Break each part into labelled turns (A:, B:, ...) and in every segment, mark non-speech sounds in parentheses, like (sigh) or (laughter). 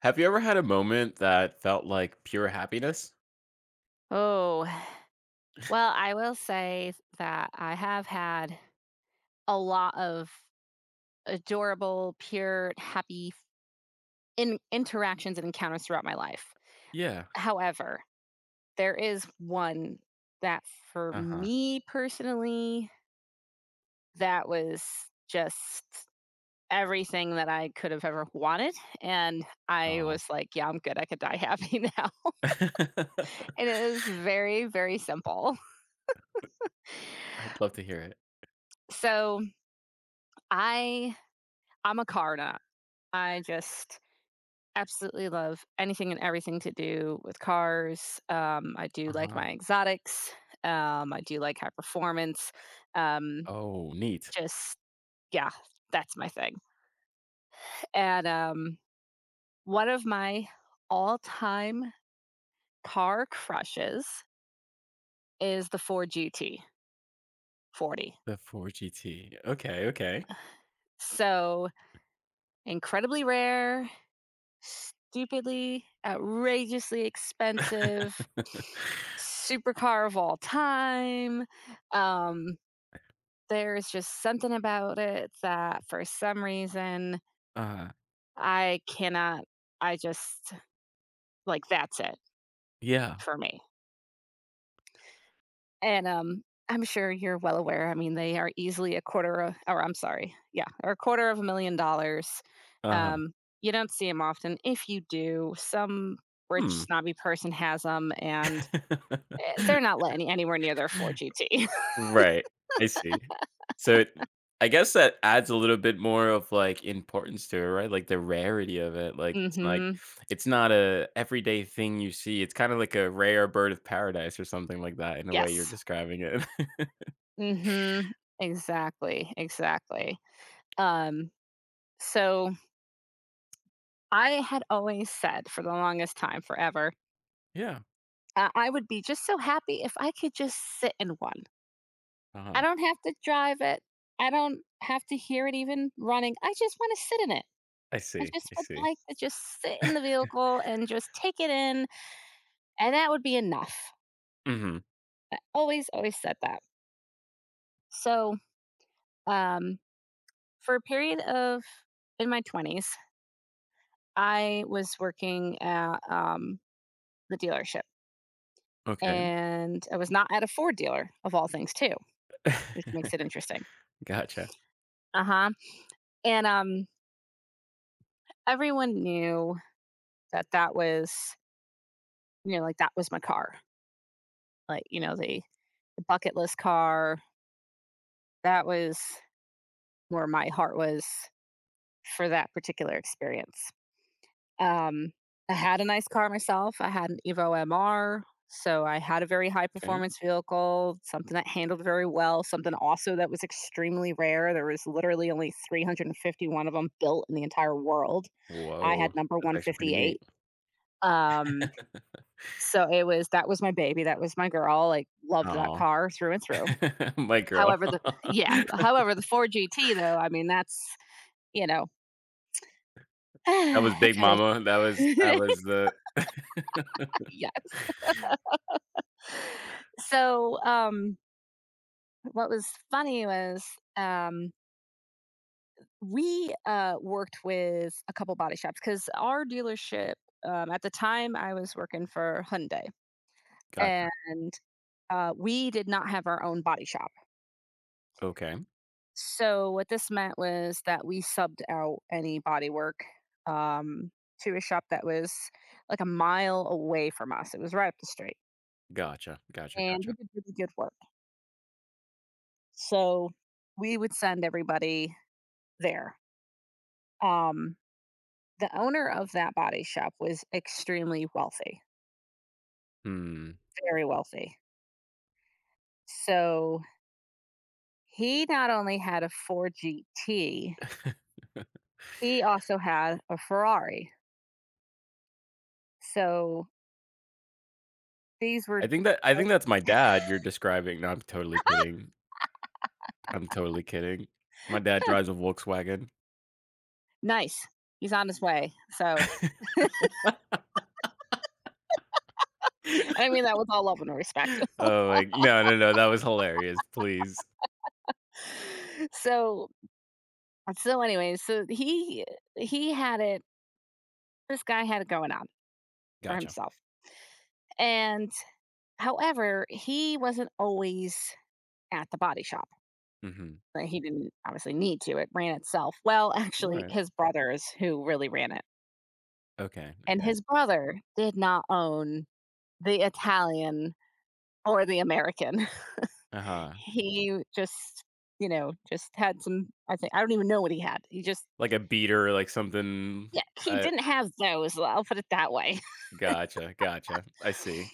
A: Have you ever had a moment that felt like pure happiness?
B: Oh, well, I will say that I have had a lot of adorable, pure, happy interactions and encounters throughout my life.
A: Yeah.
B: However, there is one that for
A: Uh-huh.
B: me personally, that was just everything that I could have ever wanted. And I
A: Oh.
B: was like, yeah, I'm good. I could die happy (laughs) now.
A: (laughs)
B: And it was very, very simple.
A: I'd love to hear it.
B: So I I'm a car nut. I just absolutely love anything and everything to do with cars. I do like
A: Uh-huh.
B: my exotics. I do like high performance. Um,
A: Oh, neat.
B: just, yeah, that's my thing. And one of my all time car crushes is the Ford GT40.
A: The 4 GT. Okay, okay.
B: So incredibly rare, stupidly, outrageously expensive supercar of all time. Um, there's just something about it that for some reason
A: Uh-huh.
B: I cannot, I just like that's it
A: Yeah.
B: for me. And I'm sure you're well aware. I mean, they are easily a quarter, of, or I'm sorry, yeah, or a quarter of $1 million.
A: Uh-huh.
B: Um, you don't see them often. If you do, some rich
A: Hmm.
B: snobby person has them, and
A: (laughs)
B: they're not letting anywhere near their 4 GT.
A: Right. I see. So, it I guess that adds a little bit more of, like, importance to it, right? Like, the rarity of it, like
B: Mhm. (laughs)
A: it's not a everyday thing you see. It's kinda like a rare bird of paradise or something like that in the way you're
B: Yes.
A: describing it. (laughs)
B: Mhm. Exactly, exactly. Um, so I had always said for the longest time, forever,
A: Yeah.
B: I would be just so happy if I could just sit in one. I
A: Uh-huh.
B: don't have to drive it. I don't have to hear it even running. I just wanna sit in it.
A: I
B: I
A: see,
B: just
A: I
B: would
A: see.
B: like to just sit in the vehicle and just take it in, and that would be enough.
A: Mhm,
B: I always, always said that. So, um for a period of in my 20s, I was working at the dealership,
A: okay.
B: and I was not at a Ford dealer of all things too, which
A: (laughs)
B: makes it interesting.
A: Gotcha.
B: Uh-huh. And everyone knew that that was, like, that was my car. Like, the bucket list car, that was where my heart was for that particular experience. Um, I had a nice car myself. I had an Evo MR, so I had a very high
A: Okay.
B: performance vehicle, something that handled very well, something also that was extremely rare. There was literally only 351 of them built in the entire world. I
A: Whoa,
B: had number
A: that's actually pretty neat.
B: 158. Um, so it was that was my baby, that was my girl. Like, loved that
A: Oh,
B: car through and through.
A: (laughs) my girl.
B: However, the
A: (laughs)
B: yeah, however, the 4 GT, though, I mean, that's, you know, (sighs)
A: That was
B: that's
A: Big Mama. That was that
B: everything. (laughs)
A: was the (laughs)
B: Yes. So, what was funny was, um, we, worked with a couple body shops, because our dealership, at the time, I was working for Hyundai,
A: Gotcha.
B: and, we did not have our own body shop.
A: Okay.
B: So what this meant was that we subbed out any body work, um, to a shop that was like a mile away from us. It was right up the street,
A: Gotcha, gotcha,
B: and they
A: gotcha.
B: did really good work. So we would send everybody there. Um, The owner of that body shop was extremely wealthy,
A: Hmm.
B: very wealthy. So he not only had a Ford GT, he also had a Ferrari. So these were,
A: I think
B: quote,
A: that's my dad you're describing. No, I'm totally kidding. I'm totally kidding. My dad drives a Volkswagen.
B: nice. He's on his way. So, and I
A: (laughs)
B: mean that with all love and respect.
A: Oh, like no, that was hilarious, please.
B: (laughs) so, so anyway, so he had it. This guy had it going on for
A: Gotcha.
B: himself. And however, he wasn't always at the body shop.
A: Mhm.
B: But he didn't obviously need to, it ran itself. Well, actually,
A: Right.
B: his brother is who really ran it,
A: Okay,
B: and
A: okay.
B: his brother did not own the Italian or the American. (laughs)
A: Uh-huh.
B: He just, just had some, I think, I don't even know what he had. He just,
A: Like a beater, like something
B: yeah, he
A: uh,
B: didn't have those, well, I'll put it that way. (laughs)
A: gotcha, I see.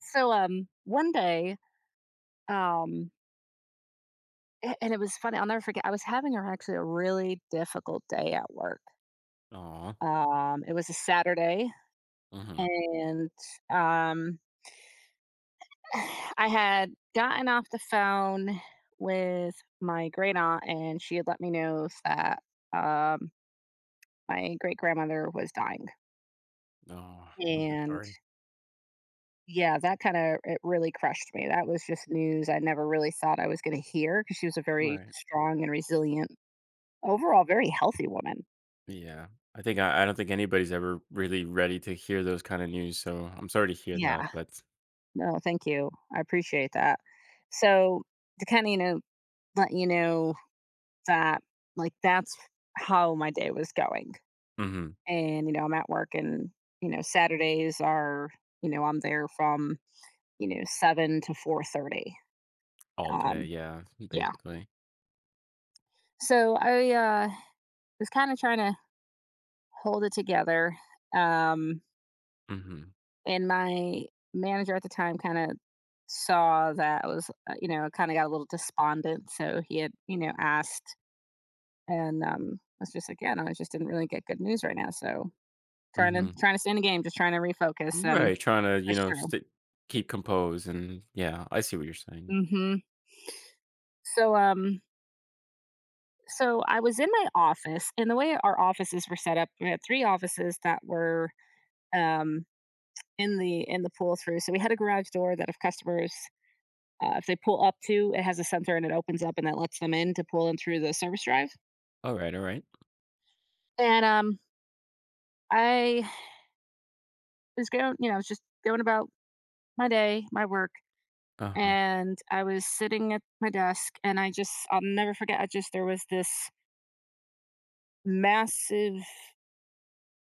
B: So, one day, um a and it was funny, I'll never forget, I was having a actually a really difficult day at work.
A: Aw,
B: It was a Saturday,
A: mhm.
B: and, um I had gotten off the phone with my great aunt, and she had let me know that, um, my great grandmother was dying.
A: Oh, I'm so
B: And
A: sorry.
B: yeah, that kind of it really crushed me. That was just news I never really thought I was going to hear, because she was a very
A: Right.
B: strong and resilient, overall very healthy woman.
A: Yeah. I don't think anybody's ever really ready to hear those kinda news, so I'm sorry to hear that,
B: Yeah.
A: but
B: No, thank you. I appreciate that. So, to kind of, let you know that, like, that's how my day was going,
A: mhm.
B: and, I'm at work, and, Saturdays are, I'm there from, 7 to 4:30,
A: All day,
B: um
A: yeah,
B: yeah,
A: basically.
B: so I, was kind of trying to hold it together, um
A: Mhm,
B: and my manager at the time kind of saw that I was, kind of got a little despondent, so he had, asked, and, I was just like, yeah, no, I just didn't really get good news right now, so trying to
A: mhm.
B: trying to stay in the game, just trying to refocus and
A: Right, trying to, you
B: push
A: know,
B: through.
A: st keep composed and yeah, I see what you're saying.
B: Mm-hmm. So um so I was in my office, and the way our offices were set up, we had three offices that were um in the pull through. So we had a garage door that, if customers, if they pull up to, it has a sensor and it opens up and that lets them in to pull in through the service drive.
A: Alright, alright.
B: And I was going, I was just going about my day, my work,
A: Uh-huh.
B: and I was sitting at my desk, and I'll never forget, I just there was this massive,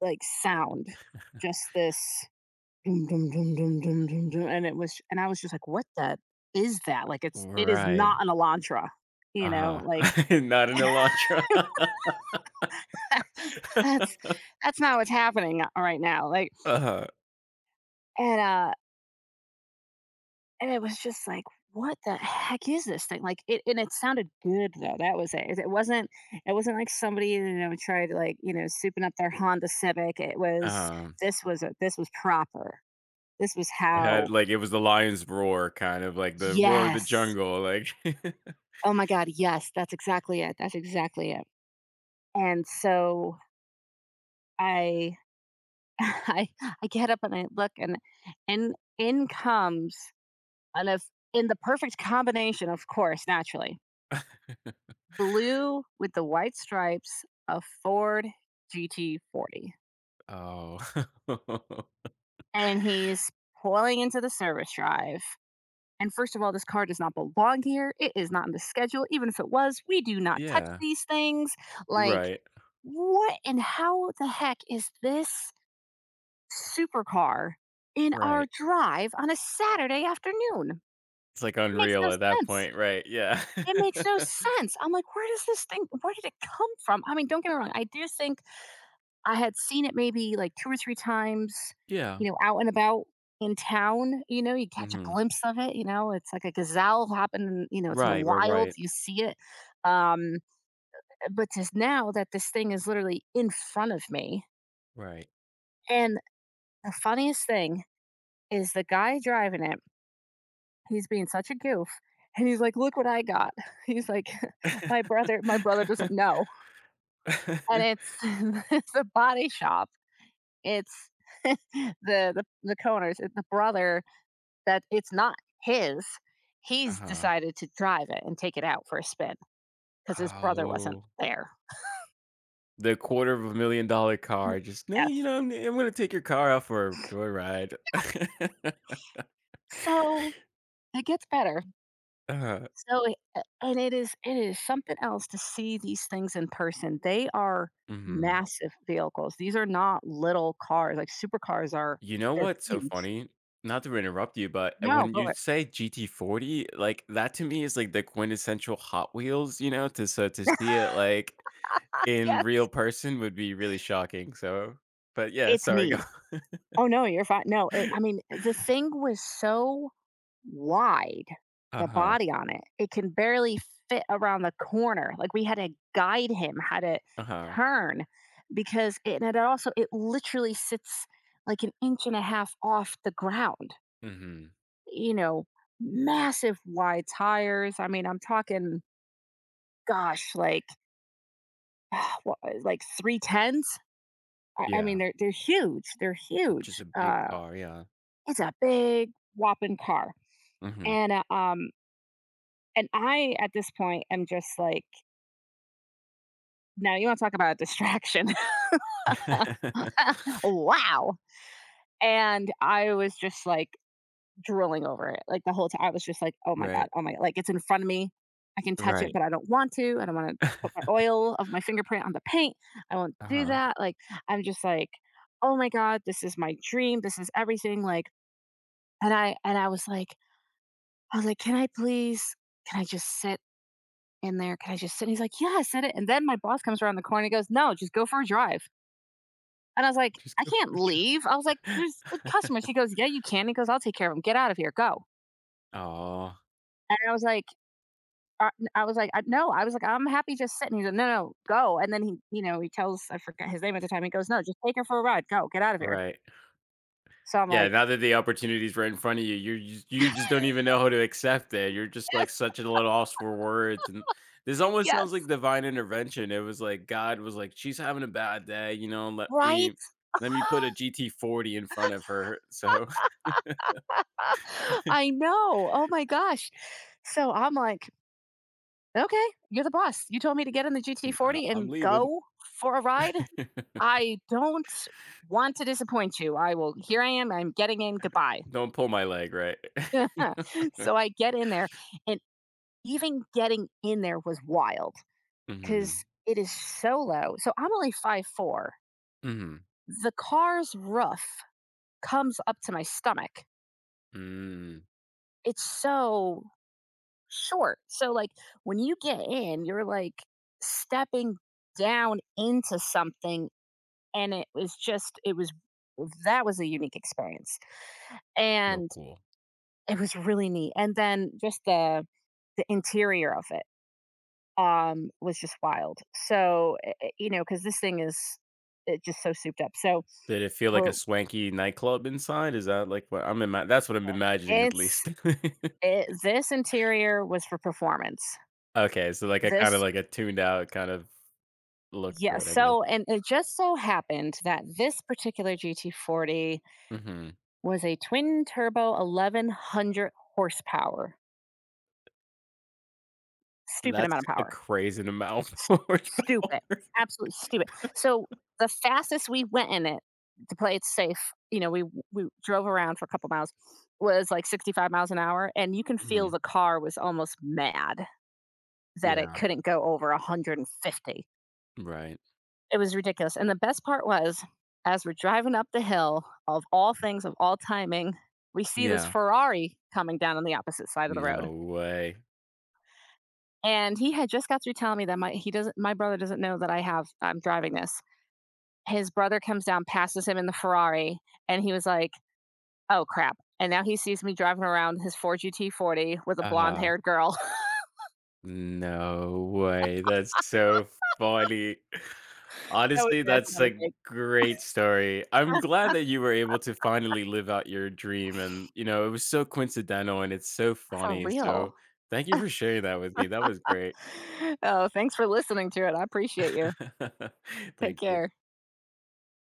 B: like, sound, just this doom, doom, doom, doom, doom, doom, doom, and it was and I was just like, "What the is that?" Like, it is
A: Right.
B: not an Elantra, you know?
A: Uh-huh.
B: Like,
A: (laughs) Not an Elantra. (laughs)
B: (laughs) that's that's not what's happening, right now, like,
A: Uh-huh,
B: and, uh, and it was just like, "What the heck is this thing?" Like, it sounded good, though, that was it. It wasn't like somebody, tried, like, souping up their Honda Civic, it was
A: um.
B: this was a this was proper. This was
A: It had
B: how
A: like it was the lion's roar, kind of like the roar of the
B: Yes.
A: jungle, like (laughs)
B: Oh my god, yes, that's exactly it, that's exactly it. And so I (laughs) I get up and I look, and in comes, and if in the perfect combination, of course, naturally, blue with the white stripes, a Ford GT40.
A: Oh. (laughs)
B: And he's pulling into the service drive. And first of all, this car does not belong here. It is not in the schedule. Even if it was, we do not touch
A: Yeah.
B: these things. Like,
A: Right,
B: What and how the heck is this supercar in our
A: right.
B: drive on a Saturday afternoon?
A: It's like
B: Makes no
A: unreal at that
B: sense.
A: point, right, yeah.
B: It
A: (laughs)
B: makes no sense. I'm like, where does this thing, where did it come from? I mean, don't get me wrong. I do think I had seen it maybe like two or three times,
A: Yeah.
B: out and about in town. You catch a
A: Mhm.
B: glimpse of it, it's like a gazelle hopping, it's in the
A: Right, right,
B: wild.
A: right,
B: You see it. Um, but just now that this thing is literally in front of me.
A: right.
B: And the funniest thing is the guy driving it, he's being such a goof, and he's like, "Look what I got." (laughs) He's like, (laughs) "My brother doesn't know." And
A: (laughs)
B: it's (laughs) it's a body shop. It's (laughs) the the Coners, it's the brother that it's not his. He's
A: Uh-huh.
B: decided to drive it and take it out for a spin because his brother wasn't
A: Oh,
B: there.
A: the quarter of a million dollar
B: (laughs)
A: car, just, "No, you
B: Yes.
A: know, I'm gonna take your car out for a joyride." (laughs)
B: So, it gets better.
A: Uh-huh,
B: So it a and it is something else to see these things in person. They are
A: mhm.
B: massive vehicles. These are not little cars, like, supercars are
A: You know
B: they're
A: what's so
B: huge.
A: funny? Not to interrupt you, but
B: No,
A: when
B: go
A: you
B: ahead.
A: say GT40, like, that to me is, like, the quintessential Hot Wheels, you know, to so to see it, like, in
B: Yes,
A: real person would be really shocking, so but yeah,
B: it's
A: sorry, go
B: neat. Oh, no, you're fine. No, it I mean,
A: (laughs)
B: the thing was so wide, the
A: Uh-huh,
B: body on it, it can barely fit around the corner. Like, we had to guide him how to
A: uh-huh,
B: turn, because it and it also it literally sits like an inch and a half off the ground.
A: mhm,
B: you know, massive wide tires. I mean, I'm talking, gosh, like, (sighs) wha- like three tens. I mean,
A: yeah,
B: they're huge. They're huge.
A: just a big
B: Uh,
A: car, yeah,
B: it's a big whopping car,
A: mhm.
B: and, and I at this point am just like, now you want to talk about a distraction? (laughs)
A: (laughs)
B: Wow. And I was just like, drooling over it, like, the whole time. I was just like,
A: Right,
B: oh my" god, like, it's in front of me. I can touch it,
A: right.
B: but I don't want to. I don't wanna put my
A: (laughs)
B: oil of my fingerprint on the paint. I won't do
A: Uh-huh,
B: that, like, I'm just like, "Oh my god, this is my dream. This is everything," like, and I was like, "Can I please, can I just sit in there? Can I just sit?" And he's like, "Yeah, sit it." And then my boss comes around the corner and goes, "No, just go for a drive." And I was like,
A: just
B: "I
A: go
B: can't
A: for
B: leave." I was like,
A: it.
B: "There's,
A: (laughs)
B: like, customers." He goes, "Yeah, you can." He goes, "I'll take care of them. Get out of here. Go."
A: Oh
B: And I was like, "I no," I was like, "I'm happy just sitting." He's like, "No, no, go." And then he, he tells, I forget his name at the time. He goes, "No, just take her for a ride. Go, get out of here."
A: right.
B: So I'm
A: Yeah,
B: like,
A: now that the opportunities right in front of you, you're you just
B: (laughs)
A: don't even know how to accept it. You're just, like,
B: yes,
A: such at a loss for words, and this almost sounds like
B: yes.
A: divine intervention. It was like God was like, "She's having a bad day, you know, let
B: Right?
A: me let me put a GT40 in front of her, so
B: (laughs) I know. Oh my gosh. So I'm like, "Okay, you're the boss. You told me to get in the
A: (laughs)
B: GT40
A: I'm
B: and
A: leaving.
B: go for a ride.
A: (laughs)
B: I don't want to disappoint you. I will Here I am. I'm getting in. Goodbye."
A: Don't pull my leg," right? (laughs)
B: (laughs) So I get in there, and even getting in there was wild, because
A: Mhm.
B: it is so low. So I'm only 5'4".
A: Mhm.
B: The car's roof comes up to my stomach.
A: Mm.
B: It's so short. So, like, when you get in, you're like stepping down into something, and it was just it was that was a unique experience,
A: So
B: and
A: cool.
B: it was really neat. And then, just the interior of it, was just wild, so because this thing is, it just so souped up so
A: Did it feel like
B: we're
A: a swanky nightclub inside? Is that, like, what I'm ima that's what I'm imagining at
B: It's
A: least. (laughs)
B: it this interior was for performance.
A: Okay, so like a kind of
B: This
A: like a tuned out kind of look to
B: Yes,
A: it, I guess.
B: so, and it just so happened that this particular GT40
A: Mhm.
B: was a twin turbo 1100 horsepower. Stupid
A: That's
B: amount of
A: a
B: power.
A: crazy amount (laughs)
B: S
A: for it
B: Stupid.
A: though.
B: Absolutely stupid. So, the fastest we went in it, to play it safe, we drove around for a couple miles, was like 65 miles an hour, and you can feel
A: Mhm.
B: the car was almost mad that it
A: Yeah,
B: couldn't go over 150.
A: right.
B: It was ridiculous. And the best part was, as we're driving up the hill, of all things, of all timing, we see this
A: Yeah.
B: Ferrari coming down on the opposite side of the road.
A: No way.
B: And he had just got through telling me that my he doesn't my brother doesn't know that I'm driving this. His brother comes down, passes him in the Ferrari, and he was like, "Oh crap!" And now he sees me driving around his Ford GT40 with a
A: Uh,
B: blonde-haired girl.
A: no way. That's so funny.
B: (laughs) That was
A: Honestly,
B: the icing
A: that's
B: on the
A: a
B: cake.
A: great story. I'm
B: (laughs)
A: glad that you were able to finally live out your dream and, you know, it was so coincidental and it's so
B: For
A: funny.
B: real.
A: So, thank you for sharing that with me. That was great.
B: Oh, thanks for listening to it. I appreciate you.
A: (laughs)
B: Take
A: Thank
B: care.
A: you.